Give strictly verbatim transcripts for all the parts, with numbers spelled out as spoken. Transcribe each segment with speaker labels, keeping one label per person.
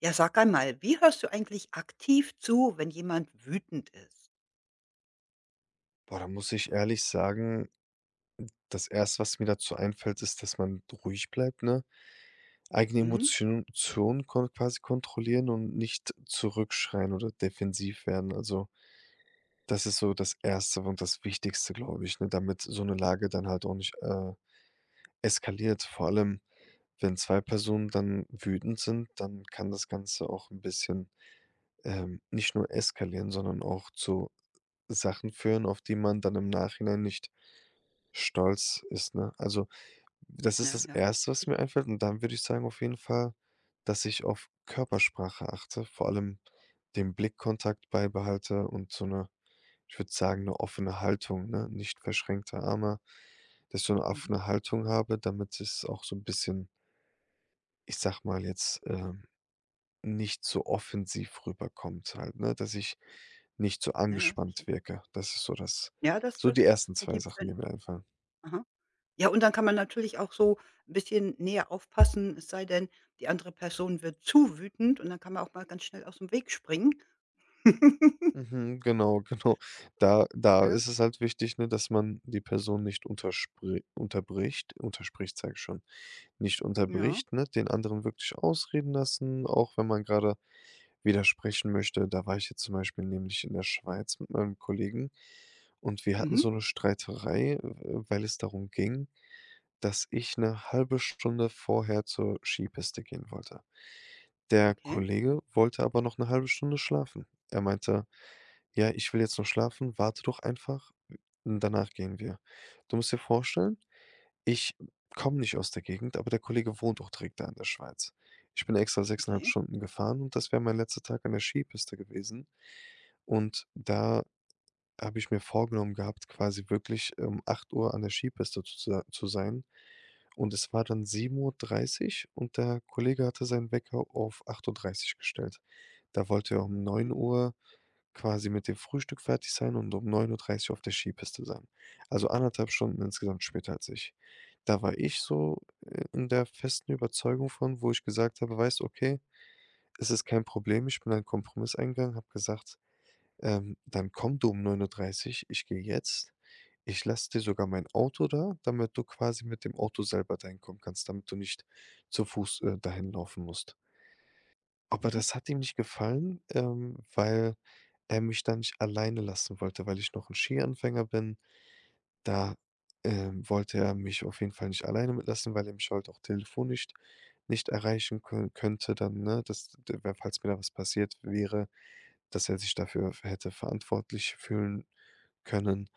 Speaker 1: Ja, sag einmal, wie hörst du eigentlich aktiv zu, wenn jemand wütend ist?
Speaker 2: Boah, da muss ich ehrlich sagen, das Erste, was mir dazu einfällt, ist, dass man ruhig bleibt, ne? Eigene
Speaker 1: Mhm.
Speaker 2: Emotion Emotionen kon quasi kontrollieren und nicht zurückschreien oder defensiv werden. Also, das ist so das Erste und das Wichtigste, glaube ich, ne, damit so eine Lage dann halt auch nicht, äh, eskaliert. Vor allem, wenn zwei Personen dann wütend sind, dann kann das Ganze auch ein bisschen, ähm, nicht nur eskalieren, sondern auch zu Sachen führen, auf die man dann im Nachhinein nicht stolz ist, ne? Also, Das ist
Speaker 1: Ja,
Speaker 2: das
Speaker 1: ja,
Speaker 2: Erste, was mir
Speaker 1: sicher.
Speaker 2: einfällt, und dann würde ich sagen auf jeden Fall, dass ich auf Körpersprache achte, vor allem den Blickkontakt beibehalte und so eine, ich würde sagen, eine offene Haltung, ne, nicht verschränkte Arme, dass ich so eine
Speaker 1: Mhm.
Speaker 2: offene Haltung habe, damit es auch so ein bisschen, ich sage mal jetzt, ähm, nicht so offensiv rüberkommt halt, ne, dass ich nicht so
Speaker 1: Ja, ja,
Speaker 2: angespannt
Speaker 1: sicher.
Speaker 2: wirke. Das ist so das
Speaker 1: Ja, das
Speaker 2: so Die
Speaker 1: das
Speaker 2: ersten zwei
Speaker 1: ergibt
Speaker 2: Sachen, die
Speaker 1: Sinn.
Speaker 2: mir einfallen.
Speaker 1: Aha. Ja, und dann kann man natürlich auch so ein bisschen näher aufpassen, es sei denn, die andere Person wird zu wütend und dann kann man auch mal ganz schnell aus dem Weg springen.
Speaker 2: Mhm, genau, genau. Da da
Speaker 1: Ja,
Speaker 2: ist es halt wichtig, ne, dass man die Person nicht unterspr unterbricht unterspricht, sage ich schon, nicht
Speaker 1: ja.
Speaker 2: unterbricht, ne, den anderen wirklich ausreden lassen, auch wenn man gerade widersprechen möchte. Da war ich jetzt zum Beispiel nämlich in der Schweiz mit meinem Kollegen, und wir hatten
Speaker 1: Mhm.
Speaker 2: so eine Streiterei, äh, weil es darum ging, dass ich eine halbe Stunde vorher zur Skipiste gehen wollte. Der
Speaker 1: Okay,
Speaker 2: Kollege wollte aber noch eine halbe Stunde schlafen. Er meinte: ja, ich will jetzt noch schlafen, warte doch einfach, danach gehen wir. Du musst dir vorstellen, ich komme nicht aus der Gegend, aber der Kollege wohnt auch direkt da in der Schweiz. Ich bin extra sechs Komma fünf
Speaker 1: okay,
Speaker 2: Stunden gefahren, und das wäre mein letzter Tag an der Skipiste gewesen. Und da habe ich mir vorgenommen gehabt, quasi wirklich um acht Uhr an der Skipiste zu se zu sein. Und es war dann sieben Uhr dreißig, und der Kollege hatte seinen Wecker auf acht Uhr dreißig gestellt. Da wollte er um neun
Speaker 1: okay.
Speaker 2: Uhr quasi mit dem Frühstück fertig sein und um neun Uhr dreißig auf der Skipiste sein. Also anderthalb Stunden insgesamt später als ich. Da war ich so i in der festen Überzeugung von, wo ich gesagt habe: „Weißt du, okay, es ist kein Problem." Ich bin einen Kompromiss eingegangen, habe gesagt: ähm, dann komm du um neun Uhr dreißig, ich gehe jetzt. Ich lasse dir sogar mein Auto da, damit du quasi mit dem Auto selber dahin kommen kannst, damit du nicht zu Fuß, äh, dahin laufen musst." Aber
Speaker 1: Mhm.
Speaker 2: das hat ihm nicht gefallen, ähm, weil er mich dann nicht alleine lassen wollte, weil ich noch ein Skianfänger bin. Da, ähm, wollte er mich auf jeden Fall nicht alleine mit lassen, weil er mich halt auch telefonisch nicht erreichen kö könnte dann, ne, dass d falls mir da was passiert wäre, dass er sich dafür hätte verantwortlich fühlen können.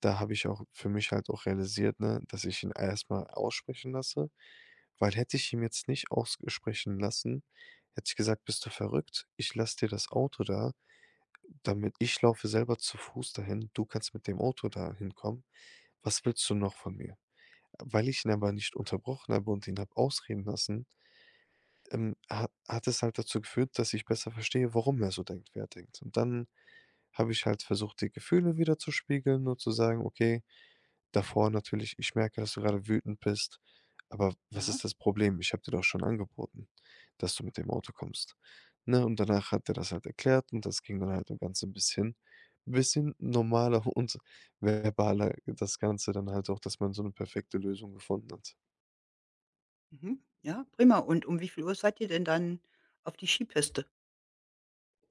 Speaker 2: Da habe ich auch für mich halt auch realisiert, ne, dass ich ihn erstmal aussprechen lasse, weil hätte ich ihn jetzt nicht aussprechen lassen, hätte ich gesagt: „Bist du verrückt? Ich lasse dir das Auto da, damit ich laufe selber zu Fuß dahin. Du kannst mit dem Auto da hinkommen. Was willst du noch von mir?" Weil ich ihn aber nicht unterbrochen habe und ihn habe ausreden lassen, ähm, ha hat es halt dazu geführt, dass ich besser verstehe, warum er so denkt, wie er denkt. Und dann habe ich halt versucht, die Gefühle wieder zu spiegeln und zu sagen: „Okay, davor natürlich, ich merke, dass du gerade wütend bist, aber was
Speaker 1: Ja,
Speaker 2: ist das Problem? Ich habe dir doch schon angeboten, dass du mit dem Auto kommst", ne? Und danach hat er das halt erklärt, und das ging dann halt ein Ganze 'n bisschen bisschen normaler und verbaler das Ganze dann halt auch, dass man so eine perfekte Lösung gefunden hat.
Speaker 1: mhm. Ja, prima. Und um wie viel Uhr seid ihr denn dann auf die Skipiste?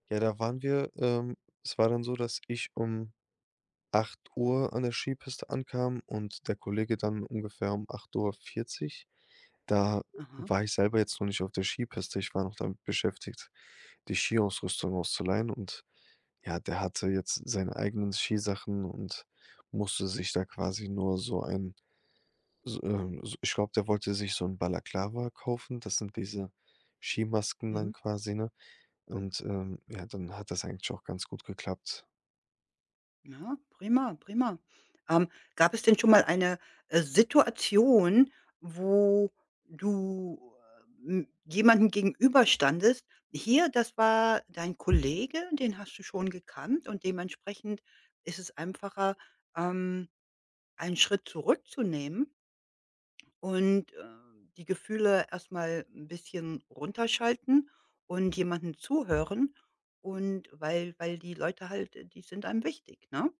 Speaker 2: Ja, da waren wir, ähm, es war dann so, dass ich um acht Uhr an der Skipiste ankam und der Kollege dann ungefähr um acht Uhr vierzig. Da
Speaker 1: Aha.
Speaker 2: war ich selber jetzt noch nicht auf der Skipiste. Ich war noch damit beschäftigt, die Skiausrüstung auszuleihen, und ja, der hatte jetzt seine eigenen Skisachen und musste sich da quasi nur so ein so, ähm, so ich glaube, der wollte sich so ein Balaklava kaufen. Das sind diese Skimasken dann
Speaker 1: Mhm.
Speaker 2: quasi, ne? Und, ähm, ja, dann hat das eigentlich auch ganz gut geklappt.
Speaker 1: Ja, prima, prima. Ähm, gab es denn schon mal eine, äh, Situation, wo du, ähm, jemandem gegenüberstandest: „Hier, das war dein Kollege, den hast du schon gekannt und dementsprechend ist es einfacher, ähm, einen Schritt zurückzunehmen und, äh, die Gefühle erstmal ein bisschen runterschalten und jemanden zuhören und weil weil die Leute halt, äh die sind einem wichtig“, ne?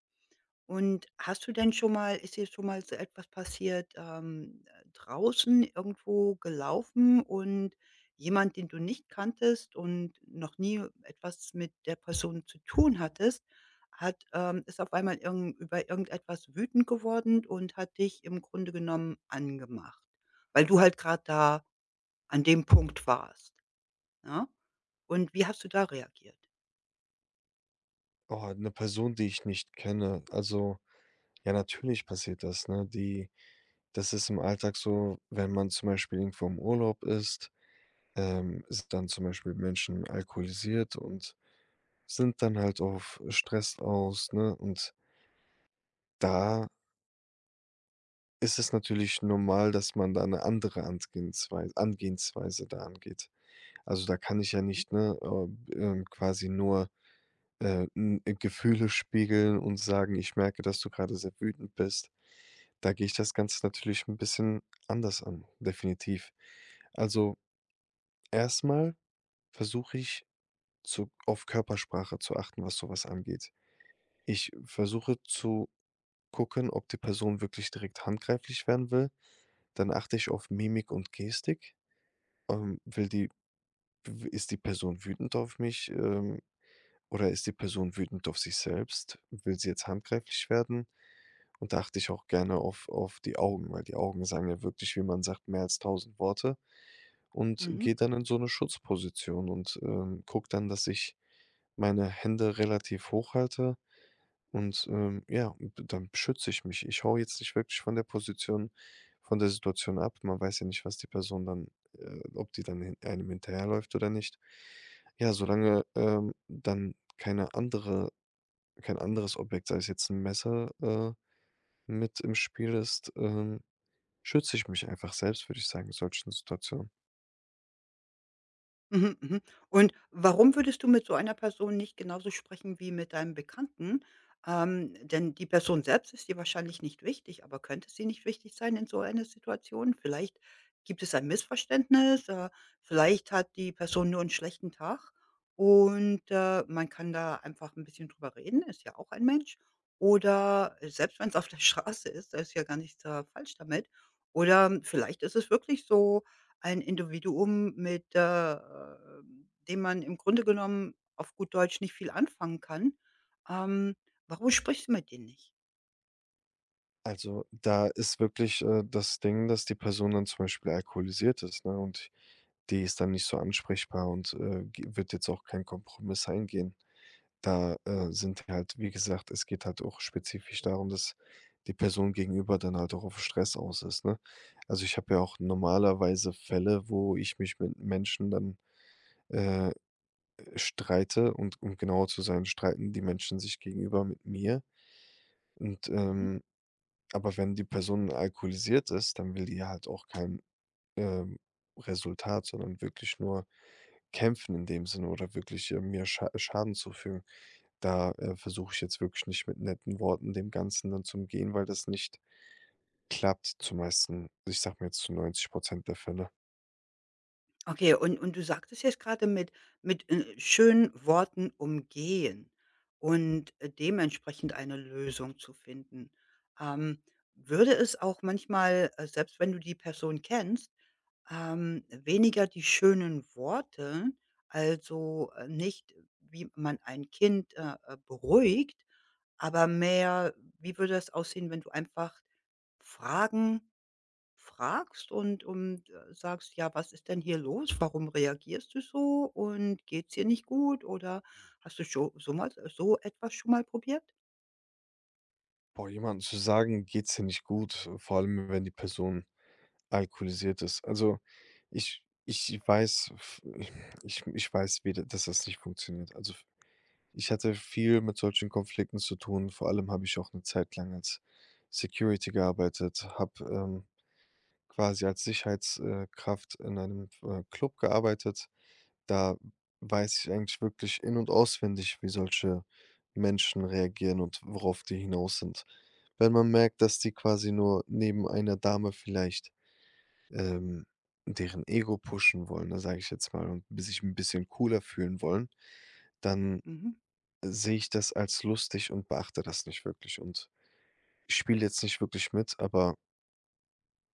Speaker 1: Und hast du denn schon mal, ist dir schon mal so etwas passiert, ähm, äh, draußen irgendwo gelaufen und jemand, den du nicht kanntest und noch nie etwas mit der Person zu tun hattest, hat ähm, ist auf einmal irgend über irgendetwas wütend geworden und hat dich im Grunde genommen angemacht, weil du halt gerade da an dem Punkt warst, ja. Und wie hast du da reagiert?
Speaker 2: Oh, 'ne Person, die ich nicht kenne. Also, ja, natürlich passiert das, ne? Die Das ist im Alltag so, wenn man zum Beispiel irgendwo im Urlaub ist, ähm, sind dann zum Beispiel Menschen alkoholisiert und sind dann halt auf Stress aus, ne? Und da ist es natürlich normal, dass man da eine andere Angehensweis Angehensweise da angeht. Also, da kann ich ja nicht, ne, äh, ähm, quasi nur, äh, n äh, Gefühle spiegeln und sagen: „Ich merke, dass du gerade sehr wütend bist." Da gehe ich das Ganze natürlich ein bisschen anders an, definitiv. Also, erstmal versuche ich zu auf Körpersprache zu achten, was sowas angeht. Ich versuche zu gucken, ob die Person wirklich direkt handgreiflich werden will. Dann achte ich auf Mimik und Gestik. Ähm, will die w Ist die Person wütend auf mich, ähm, oder ist die Person wütend auf sich selbst? Will sie jetzt handgreiflich werden? Und da achte ich auch gerne auf auf die Augen, weil die Augen sagen ja wirklich, wie man sagt, mehr als tausend Worte. Und
Speaker 1: Mhm.
Speaker 2: gehe dann in so eine Schutzposition und, ähm, gucke dann, dass ich meine Hände relativ hoch halte und, ähm, ja, b dann schütze ich mich. Ich haue jetzt nicht wirklich von der Position von der Situation ab. Man weiß ja nicht, was die Person dann äh, ob die dann hin einem hinterherläuft oder nicht. Ja, solange, ähm, dann keine andere kein anderes Objekt, sei es jetzt ein Messer, äh, mit im Spiel ist, ähm, schütze ich mich einfach selbst, würde ich sagen, in solchen Situationen.
Speaker 1: Mhm, mhm. Und warum würdest du mit so einer Person nicht genauso sprechen wie mit deinem Bekannten? Ähm, denn die Person selbst ist dir wahrscheinlich nicht wichtig, aber könnte sie nicht wichtig sein in so einer Situation? Vielleicht gibt es ein Missverständnis, äh, vielleicht hat die Person nur einen schlechten Tag und, äh, man kann da einfach ein bisschen drüber reden, ist ja auch ein Mensch. Oder äh, selbst wenn es auf der Straße ist, da ist ja gar nichts, äh, falsch damit. Oder vielleicht ist es wirklich so ein Individuum mit, äh, dem man im Grunde genommen auf gut Deutsch nicht viel anfangen kann. Ähm, warum sprichst du mit denen nicht?
Speaker 2: Also, da ist wirklich, äh, das Ding, dass die Person dann zum Beispiel alkoholisiert ist, ne, und die ist dann nicht so ansprechbar und, äh, g wird jetzt auch keinen Kompromiss eingehen. Da, äh, sind halt, wie gesagt, es geht halt auch spezifisch darum, dass die Person gegenüber dann halt auch auf Stress aus ist, ne? Also, ich habe ja auch normalerweise Fälle, wo ich mich mit Menschen dann, äh, streite, und um genauer zu sein, streiten die Menschen sich gegenüber mit mir und,
Speaker 1: Mhm.
Speaker 2: ähm aber wenn die Person alkoholisiert ist, dann will die ja halt auch kein, ähm, Resultat, sondern wirklich nur kämpfen in dem Sinne oder wirklich, äh, mir Scha Schaden zufügen. Da, äh, versuche ich jetzt wirklich nicht mit netten Worten dem Ganzen dann zu umgehen, weil das nicht klappt zu meisten, ich sag mal jetzt, zu neunzig der Fälle.
Speaker 1: Okay, und und du sagtest jetzt gerade mit mit, äh, schönen Worten umgehen und, äh, dementsprechend eine Lösung zu finden. Ähm, würde es auch manchmal, äh, selbst wenn du die Person kennst. Ähm, weniger die schönen Worte, also, äh, nicht, wie man ein Kind, äh, äh, beruhigt, aber mehr, wie würde das aussehen, wenn du einfach Fragen fragst und und, äh, sagst: „Ja, was ist denn hier los? Warum reagierst du so und geht's dir nicht gut oder hast du schon so mal so etwas schon mal probiert?“
Speaker 2: Boah, jemandem zu sagen: „Geht's dir nicht gut", vor allem, wenn die Person alkoholisiert ist. Also, ich ich weiß f ich ich weiß, wie d dass das nicht funktioniert. Also, ich hatte viel mit solchen Konflikten zu tun. Vor allem habe ich auch eine Zeit lang als Security gearbeitet, habe, ähm, quasi als Sicherheitskraft in einem, äh, Club gearbeitet. Da weiß ich eigentlich wirklich in und auswendig, wie solche Menschen reagieren und worauf die hinaus sind. Wenn man merkt, dass die quasi nur neben einer Dame vielleicht, ähm, deren Ego pushen wollen, da sage ich jetzt mal, und sich ein bisschen cooler fühlen wollen, dann
Speaker 1: Mhm,
Speaker 2: sehe ich das als lustig und beachte das nicht wirklich und spiele jetzt nicht wirklich mit, aber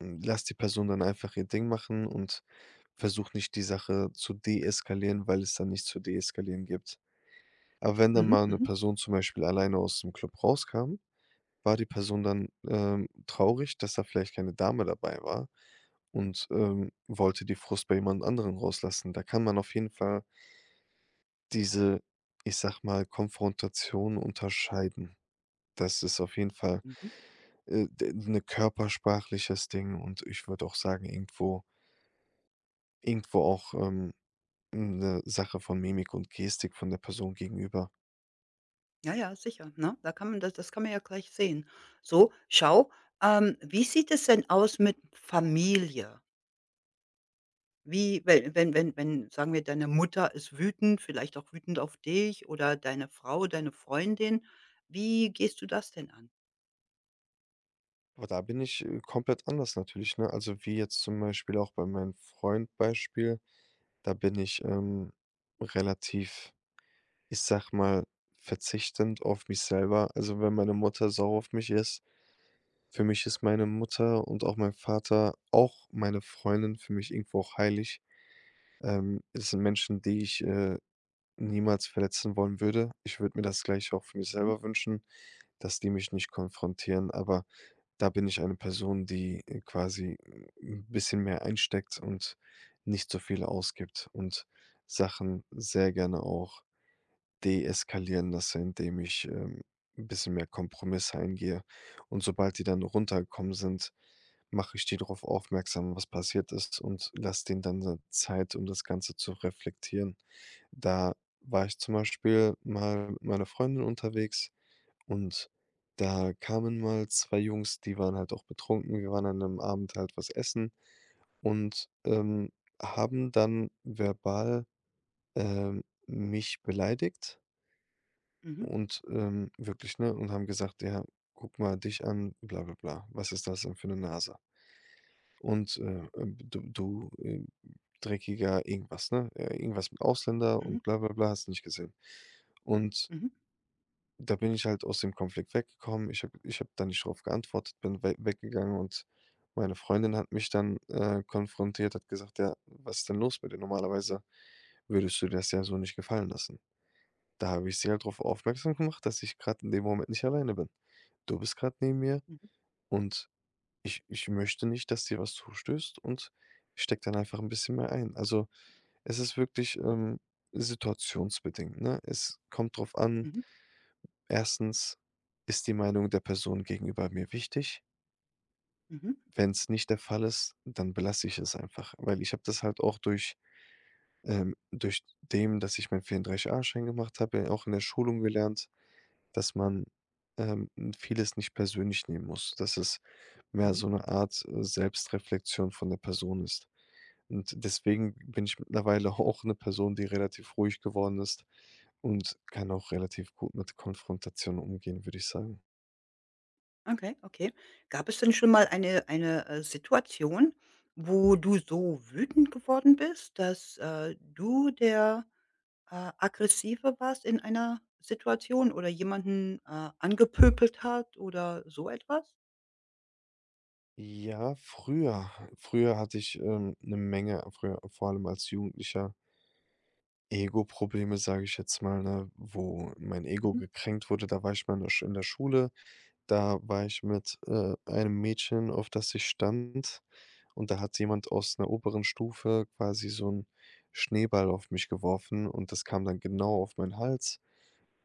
Speaker 2: hm, lasse die Person dann einfach ihr Ding machen und versuche nicht, die Sache zu deeskalieren, weil es dann nichts zu deeskalieren gibt. Aber wenn dann mal
Speaker 1: mhm,
Speaker 2: eine
Speaker 1: mhm,
Speaker 2: Person zum Beispiel alleine aus dem Club rauskam, war die Person dann, ähm, traurig, dass da vielleicht keine Dame dabei war und, ähm, wollte die Frust bei jemand anderen rauslassen. Da kann man auf jeden Fall diese, ich sag mal, Konfrontation unterscheiden. Das ist auf jeden Fall
Speaker 1: mhm.
Speaker 2: Äh, d 'ne körpersprachliches Ding, und ich würde auch sagen, irgendwo irgendwo auch, ähm, 'ne Sache von Mimik und Gestik von der Person gegenüber.
Speaker 1: Ja, ja, sicher, ne? Da kann man das, das kann man ja gleich sehen. So, schau, ähm, wie sieht es denn aus mit Familie? Wie, wenn wenn wenn wenn, sagen wir, deine Mutter ist wütend, vielleicht auch wütend auf dich oder deine Frau, deine Freundin. Wie gehst du das denn an?
Speaker 2: Aber da bin ich, äh, komplett anders natürlich, ne? Also, wie jetzt zum Beispiel auch bei meinem Freund-Beispiel, da bin ich, ähm, relativ, ich sag mal, verzichtend auf mich selber. Also, wenn meine Mutter sauer auf mich ist. Für mich ist meine Mutter und auch mein Vater, auch meine Freundin für mich irgendwo auch heilig. Ähm, es sind Menschen, die ich, äh, niemals verletzen wollen würde. Ich würde mir das gleich auch für mich
Speaker 1: Mhm,
Speaker 2: selber wünschen, dass die mich nicht konfrontieren, aber da bin ich eine Person, die, äh, quasi äh, ein bisschen mehr einsteckt und nicht so viel ausgibt und Sachen sehr gerne auch deeskalieren lasse, indem ich, ähm, 'n bisschen mehr Kompromisse eingehe. Und sobald die dann runtergekommen sind, mache ich die darauf aufmerksam, was passiert ist, und lasse denen dann dann Zeit, um das Ganze zu reflektieren. Da war ich zum Beispiel mal mit meiner Freundin unterwegs, und da kamen mal zwei Jungs, die waren halt auch betrunken. Wir waren an einem Abend halt was essen und, ähm, haben dann verbal, ähm, mich beleidigt.
Speaker 1: mhm,
Speaker 2: Und, ähm, wirklich, ne, und haben gesagt: „Ja, guck mal dich an, bla bla bla. Was ist das denn für eine Nase? Und, äh, ähm, du du, ähm, dreckiger irgendwas, ne? Äh, irgendwas mit Ausländer
Speaker 1: mhm,
Speaker 2: und bla bla bla, hast du nicht gesehen." Und
Speaker 1: mhm,
Speaker 2: da bin ich halt aus dem Konflikt weggekommen. Ich habe ich habe da nicht drauf geantwortet, bin we weggegangen, und meine Freundin hat mich dann, äh, konfrontiert, hat gesagt: „Ja, was ist denn los mit dir? Normalerweise würdest du das ja so nicht gefallen lassen." da habe ich sie halt darauf aufmerksam gemacht, dass ich gerade in dem Moment nicht alleine bin. Du bist gerade neben mir,
Speaker 1: mhm,
Speaker 2: und ich ich möchte nicht, dass dir was zustößt, und stecke dann einfach ein bisschen mehr ein. Also, es ist wirklich, ähm, situationsbedingt, ne? Es kommt drauf an.
Speaker 1: mhm,
Speaker 2: Erstens, ist die Meinung der Person gegenüber mir wichtig?
Speaker 1: mhm,
Speaker 2: Wenn es nicht der Fall ist, dann belasse ich es einfach, weil ich habe das halt auch durch ähm, durch dem, dass ich meinen vierunddreißig a-Schein gemacht habe, auch in der Schulung gelernt, dass man, ähm, vieles nicht persönlich nehmen muss, dass es mehr
Speaker 1: mhm.
Speaker 2: so eine Art, äh, Selbstreflexion von der Person ist. Und deswegen bin ich mittlerweile auch eine Person, die relativ ruhig geworden ist, und kann auch relativ gut mit Konfrontation umgehen, würde ich sagen.
Speaker 1: Okay, okay. Gab es denn schon mal eine eine, äh, Situation, wo du so wütend geworden bist, dass, äh, du der Äh, aggressiver warst in einer Situation oder jemanden, äh, angepöbelt hat oder so etwas?
Speaker 2: Ja, früher. Früher hatte ich, ähm, 'ne Menge früher, vor allem als Jugendlicher, Ego-Probleme, sage ich jetzt mal, ne, wo mein Ego
Speaker 1: Mhm,
Speaker 2: gekränkt wurde. Da war ich mal in der Sch in der Schule. Da war ich mit, äh, einem Mädchen, auf das ich stand, und da hat jemand aus einer oberen Stufe quasi so einen Schneeball auf mich geworfen, und das kam dann genau auf meinen Hals.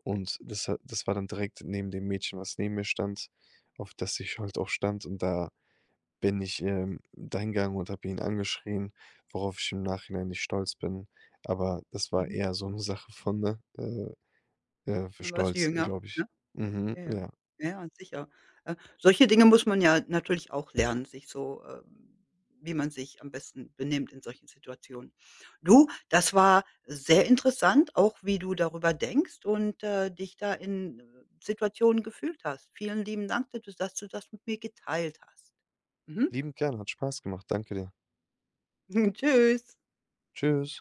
Speaker 2: Und das ha das war dann direkt neben dem Mädchen, was neben mir stand, auf das ich halt auch stand. Und da bin ich, ähm, dahingegangen und habe ihn angeschrien, worauf ich im Nachhinein nicht stolz bin. Aber das war
Speaker 1: mhm.
Speaker 2: eher so eine Sache von, ne, äh, äh, für
Speaker 1: Dann warst du
Speaker 2: Stolz, äh,
Speaker 1: jünger,
Speaker 2: glaube ich.
Speaker 1: ne?
Speaker 2: Mhm,
Speaker 1: Ja, ja.
Speaker 2: ja.
Speaker 1: Ja, ja, sicher. Äh, solche Dinge muss man ja natürlich auch lernen, sich so, ähm wie man sich am besten benimmt in solchen Situationen. Du, das war sehr interessant, auch wie du darüber denkst und, äh, dich da in, äh, Situationen gefühlt hast. Vielen lieben Dank, dass du dass du das mit mir geteilt hast. Mhm.
Speaker 2: Liebend gerne, hat Spaß gemacht. Danke dir.
Speaker 1: Tschüss.
Speaker 2: Tschüss.